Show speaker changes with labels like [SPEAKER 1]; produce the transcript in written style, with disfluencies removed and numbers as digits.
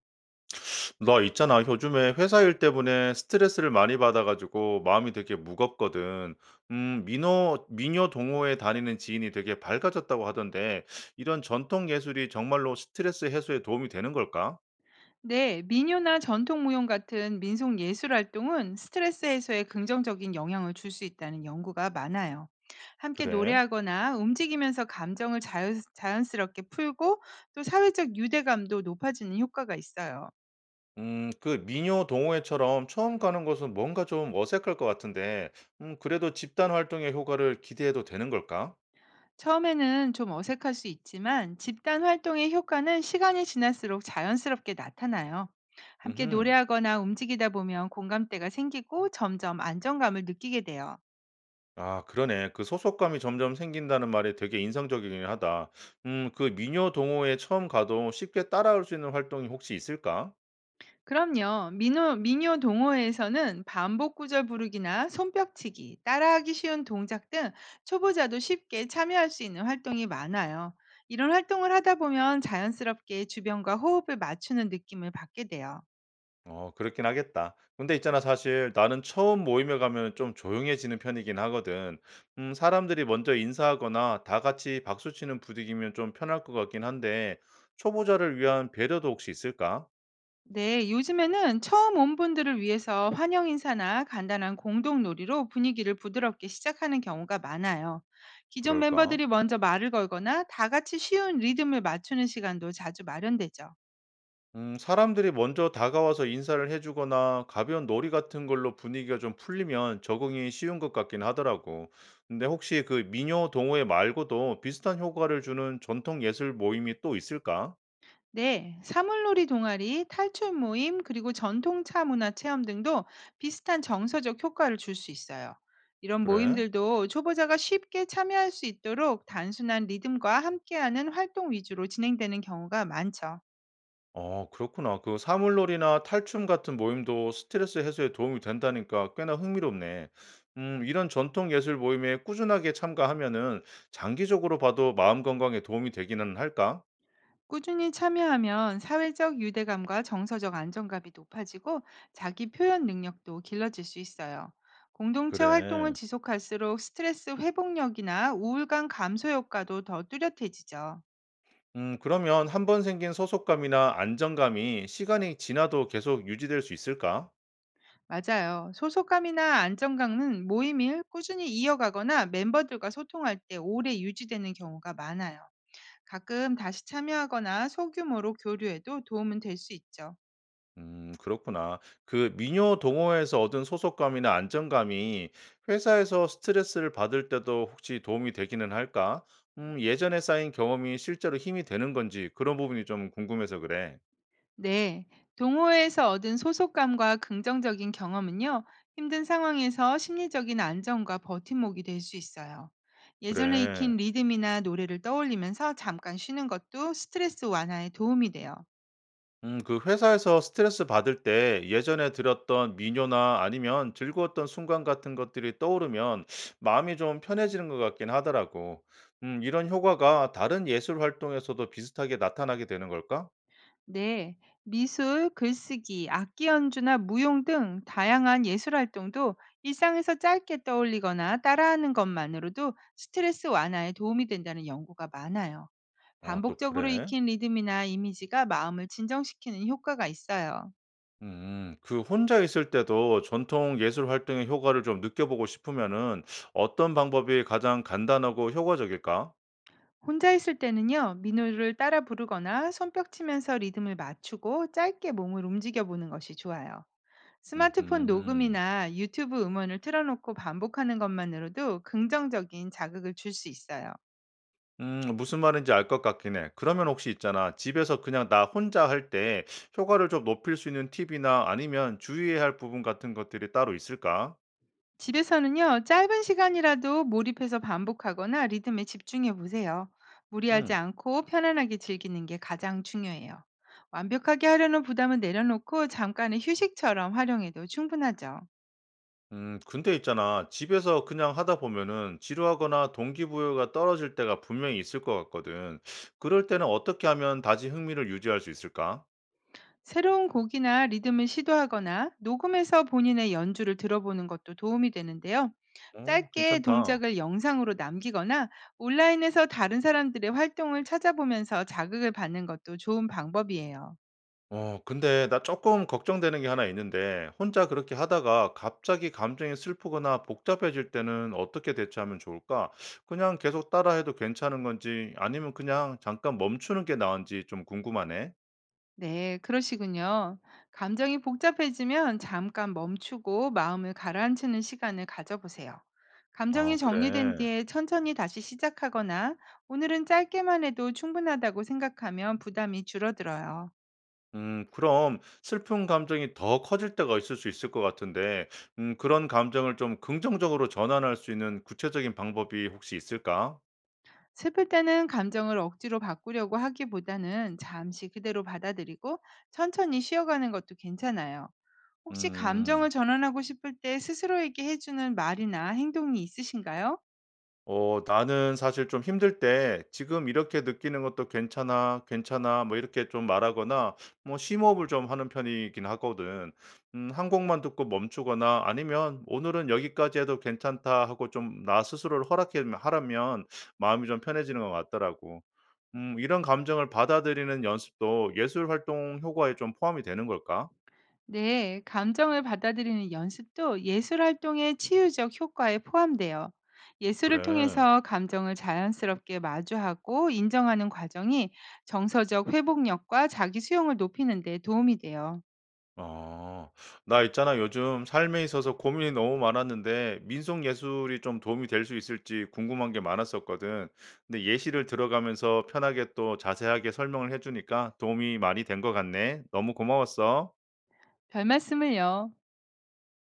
[SPEAKER 1] 나 있잖아. 요즘에 회사 일 때문에 스트레스를 많이 받아가지고 마음이 되게 무겁거든. 미녀 동호회 다니는 지인이 되게 밝아졌다고 하던데, 이런 전통 예술이 정말로 스트레스 해소에 도움이 되는 걸까?
[SPEAKER 2] 네, 민요나 전통 무용 같은 민속 예술 활동은 스트레스 해소에 긍정적인 영향을 줄 수 있다는 연구가 많아요. 함께
[SPEAKER 1] 그래.
[SPEAKER 2] 노래하거나 움직이면서 감정을 자연스럽게 풀고 또 사회적 유대감도 높아지는 효과가 있어요.
[SPEAKER 1] 그 미녀 동호회처럼 처음 가는 곳은 뭔가 좀 어색할 것 같은데, 그래도 집단 활동의 효과를 기대해도 되는 걸까?
[SPEAKER 2] 처음에는 좀 어색할 수 있지만 집단 활동의 효과는 시간이 지날수록 자연스럽게 나타나요. 함께
[SPEAKER 1] 음
[SPEAKER 2] 노래하거나 움직이다 보면 공감대가 생기고 점점 안정감을 느끼게 돼요.
[SPEAKER 1] 아, 그러네. 그 소속감이 점점 생긴다는 말이 되게 인상적이긴 하다. 그 미녀 동호회에 처음 가도 쉽게 따라올 수 있는 활동이 혹시 있을까?
[SPEAKER 2] 그럼요. 민요 동호회에서는 반복 구절 부르기나 손뼉치기, 따라하기 쉬운 동작 등 초보자도 쉽게 참여할 수 있는 활동이 많아요. 이런 활동을 하다 보면 자연스럽게 주변과 호흡을 맞추는 느낌을 받게 돼요.
[SPEAKER 1] 어, 그렇긴 하겠다. 근데 있잖아, 사실 나는 처음 모임에 가면 좀 조용해지는 편이긴 하거든. 사람들이 먼저 인사하거나 다 같이 박수치는 부딪이면 좀 편할 것 같긴 한데, 초보자를 위한 배려도 혹시 있을까?
[SPEAKER 2] 네, 요즘에는 처음 온 분들을 위해서 환영 인사나 간단한 공동 놀이로 분위기를 부드럽게 시작하는 경우가 많아요. 기존
[SPEAKER 1] 그럴까?
[SPEAKER 2] 멤버들이 먼저 말을 걸거나 다 같이 쉬운 리듬을 맞추는 시간도 자주 마련되죠.
[SPEAKER 1] 사람들이 먼저 다가와서 인사를 해 주거나 가벼운 놀이 같은 걸로 분위기가 좀 풀리면 적응이 쉬운 것 같긴 하더라고. 근데 혹시 그 미녀 동호회 말고도 비슷한 효과를 주는 전통 예술 모임이 또 있을까?
[SPEAKER 2] 네, 사물놀이 동아리, 탈출 모임, 그리고 전통차 문화 체험 등도 비슷한 정서적 효과를 줄 수 있어요. 이런
[SPEAKER 1] 그래?
[SPEAKER 2] 모임들도 초보자가 쉽게 참여할 수 있도록 단순한 리듬과 함께하는 활동 위주로 진행되는 경우가 많죠.
[SPEAKER 1] 어, 그렇구나. 그 사물놀이나 탈춤 같은 모임도 스트레스 해소에 도움이 된다니까 꽤나 흥미롭네. 이런 전통 예술 모임에 꾸준하게 참가하면은 장기적으로 봐도 마음 건강에 도움이 되기는 할까?
[SPEAKER 2] 꾸준히 참여하면 사회적 유대감과 정서적 안정감이 높아지고 자기 표현 능력도 길러질 수 있어요. 공동체 활동을
[SPEAKER 1] 그래.
[SPEAKER 2] 지속할수록 스트레스 회복력이나 우울감 감소 효과도 더 뚜렷해지죠.
[SPEAKER 1] 그러면 한번 생긴 소속감이나 안정감이 시간이 지나도 계속 유지될 수 있을까?
[SPEAKER 2] 맞아요. 소속감이나 안정감은 모임을 꾸준히 이어가거나 멤버들과 소통할 때 오래 유지되는 경우가 많아요. 가끔 다시 참여하거나 소규모로 교류해도 도움은 될 수 있죠.
[SPEAKER 1] 그렇구나. 그 민요 동호회에서 얻은 소속감이나 안정감이 회사에서 스트레스를 받을 때도 혹시 도움이 되기는 할까? 예전에 쌓인 경험이 실제로 힘이 되는 건지 그런 부분이 좀 궁금해서 그래.
[SPEAKER 2] 네. 동호회에서 얻은 소속감과 긍정적인 경험은요, 힘든 상황에서 심리적인 안정과 버팀목이 될 수 있어요. 예전에
[SPEAKER 1] 그래.
[SPEAKER 2] 익힌 리듬이나 노래를 떠올리면서 잠깐 쉬는 것도 스트레스 완화에 도움이 돼요.
[SPEAKER 1] 그 회사에서 스트레스 받을 때 예전에 들었던 민요나 아니면 즐거웠던 순간 같은 것들이 떠오르면 마음이 좀 편해지는 것 같긴 하더라고. 이런 효과가 다른 예술 활동에서도 비슷하게 나타나게 되는 걸까?
[SPEAKER 2] 네, 미술, 글쓰기, 악기 연주나 무용 등 다양한 예술 활동도 일상에서 짧게 떠올리거나 따라하는 것만으로도 스트레스 완화에 도움이 된다는 연구가 많아요.
[SPEAKER 1] 아, 또
[SPEAKER 2] 반복적으로
[SPEAKER 1] 그래?
[SPEAKER 2] 익힌 리듬이나 이미지가 마음을 진정시키는 효과가 있어요.
[SPEAKER 1] 그 혼자 있을 때도 전통 예술 활동의 효과를 좀 느껴보고 싶으면은 어떤 방법이 가장 간단하고 효과적일까?
[SPEAKER 2] 혼자 있을 때는요, 민호를 따라 부르거나 손뼉 치면서 리듬을 맞추고 짧게 몸을 움직여 보는 것이 좋아요. 스마트폰
[SPEAKER 1] 음.
[SPEAKER 2] 녹음이나 유튜브 음원을 틀어놓고 반복하는 것만으로도 긍정적인 자극을 줄 수 있어요.
[SPEAKER 1] 무슨 말인지 알 것 같긴 해. 그러면 혹시 있잖아. 집에서 그냥 나 혼자 할 때 효과를 좀 높일 수 있는 팁이나 아니면 주의해야 할 부분 같은 것들이 따로 있을까?
[SPEAKER 2] 집에서는요, 짧은 시간이라도 몰입해서 반복하거나 리듬에 집중해 보세요. 무리하지
[SPEAKER 1] 음.
[SPEAKER 2] 않고 편안하게 즐기는 게 가장 중요해요. 완벽하게 하려는 부담은 내려놓고 잠깐의 휴식처럼 활용해도 충분하죠.
[SPEAKER 1] 근데 있잖아. 집에서 그냥 하다 보면은 지루하거나 동기부여가 떨어질 때가 분명히 있을 것 같거든. 그럴 때는 어떻게 하면 다시 흥미를 유지할 수 있을까?
[SPEAKER 2] 새로운 곡이나 리듬을 시도하거나 녹음해서 본인의 연주를 들어보는 것도 도움이 되는데요.
[SPEAKER 1] 어,
[SPEAKER 2] 짧게
[SPEAKER 1] 괜찮다.
[SPEAKER 2] 동작을 영상으로 남기거나 온라인에서 다른 사람들의 활동을 찾아보면서 자극을 받는 것도 좋은 방법이에요.
[SPEAKER 1] 어, 근데 나 조금 걱정되는 게 하나 있는데 혼자 그렇게 하다가 갑자기 감정이 슬프거나 복잡해질 때는 어떻게 대처하면 좋을까? 그냥 계속 따라해도 괜찮은 건지 아니면 그냥 잠깐 멈추는 게 나은지 좀 궁금하네.
[SPEAKER 2] 네, 그러시군요. 감정이 복잡해지면 잠깐 멈추고 마음을 가라앉히는 시간을 가져보세요. 감정이
[SPEAKER 1] 아,
[SPEAKER 2] 정리된
[SPEAKER 1] 그래.
[SPEAKER 2] 뒤에 천천히 다시 시작하거나 오늘은 짧게만 해도 충분하다고 생각하면 부담이 줄어들어요.
[SPEAKER 1] 그럼 슬픈 감정이 더 커질 때가 있을 수 있을 것 같은데, 그런 감정을 좀 긍정적으로 전환할 수 있는 구체적인 방법이 혹시 있을까?
[SPEAKER 2] 슬플 때는 감정을 억지로 바꾸려고 하기보다는 잠시 그대로 받아들이고 천천히 쉬어가는 것도 괜찮아요. 혹시 감정을
[SPEAKER 1] 음.
[SPEAKER 2] 전환하고 싶을 때 스스로에게 해주는 말이나 행동이 있으신가요?
[SPEAKER 1] 어, 나는 사실 좀 힘들 때 "지금 이렇게 느끼는 것도 괜찮아. 괜찮아." 뭐 이렇게 좀 말하거나 뭐 심호흡을 좀 하는 편이긴 하거든. 한 곡만 듣고 멈추거나 아니면 '오늘은 여기까지 해도 괜찮다.' 하고 좀 나 스스로를 허락해 하라면 마음이 좀 편해지는 것 같더라고. 이런 감정을 받아들이는 연습도 예술 활동 효과에 좀 포함이 되는 걸까?
[SPEAKER 2] 네, 감정을 받아들이는 연습도 예술 활동의 치유적 효과에 포함돼요. 예술을
[SPEAKER 1] 그래.
[SPEAKER 2] 통해서 감정을 자연스럽게 마주하고 인정하는 과정이 정서적 회복력과 자기 수용을 높이는 데 도움이 돼요.
[SPEAKER 1] 아. "나 있잖아, 요즘 삶에 있어서 고민이 너무 많았는데 민속 예술이 좀 도움이 될 수 있을지 궁금한 게 많았었거든." 근데 예시를 들어가면서 편하게 또 자세하게 설명을 해 주니까 도움이 많이 된 것 같네. 너무 고마웠어.
[SPEAKER 2] 별 말씀을요.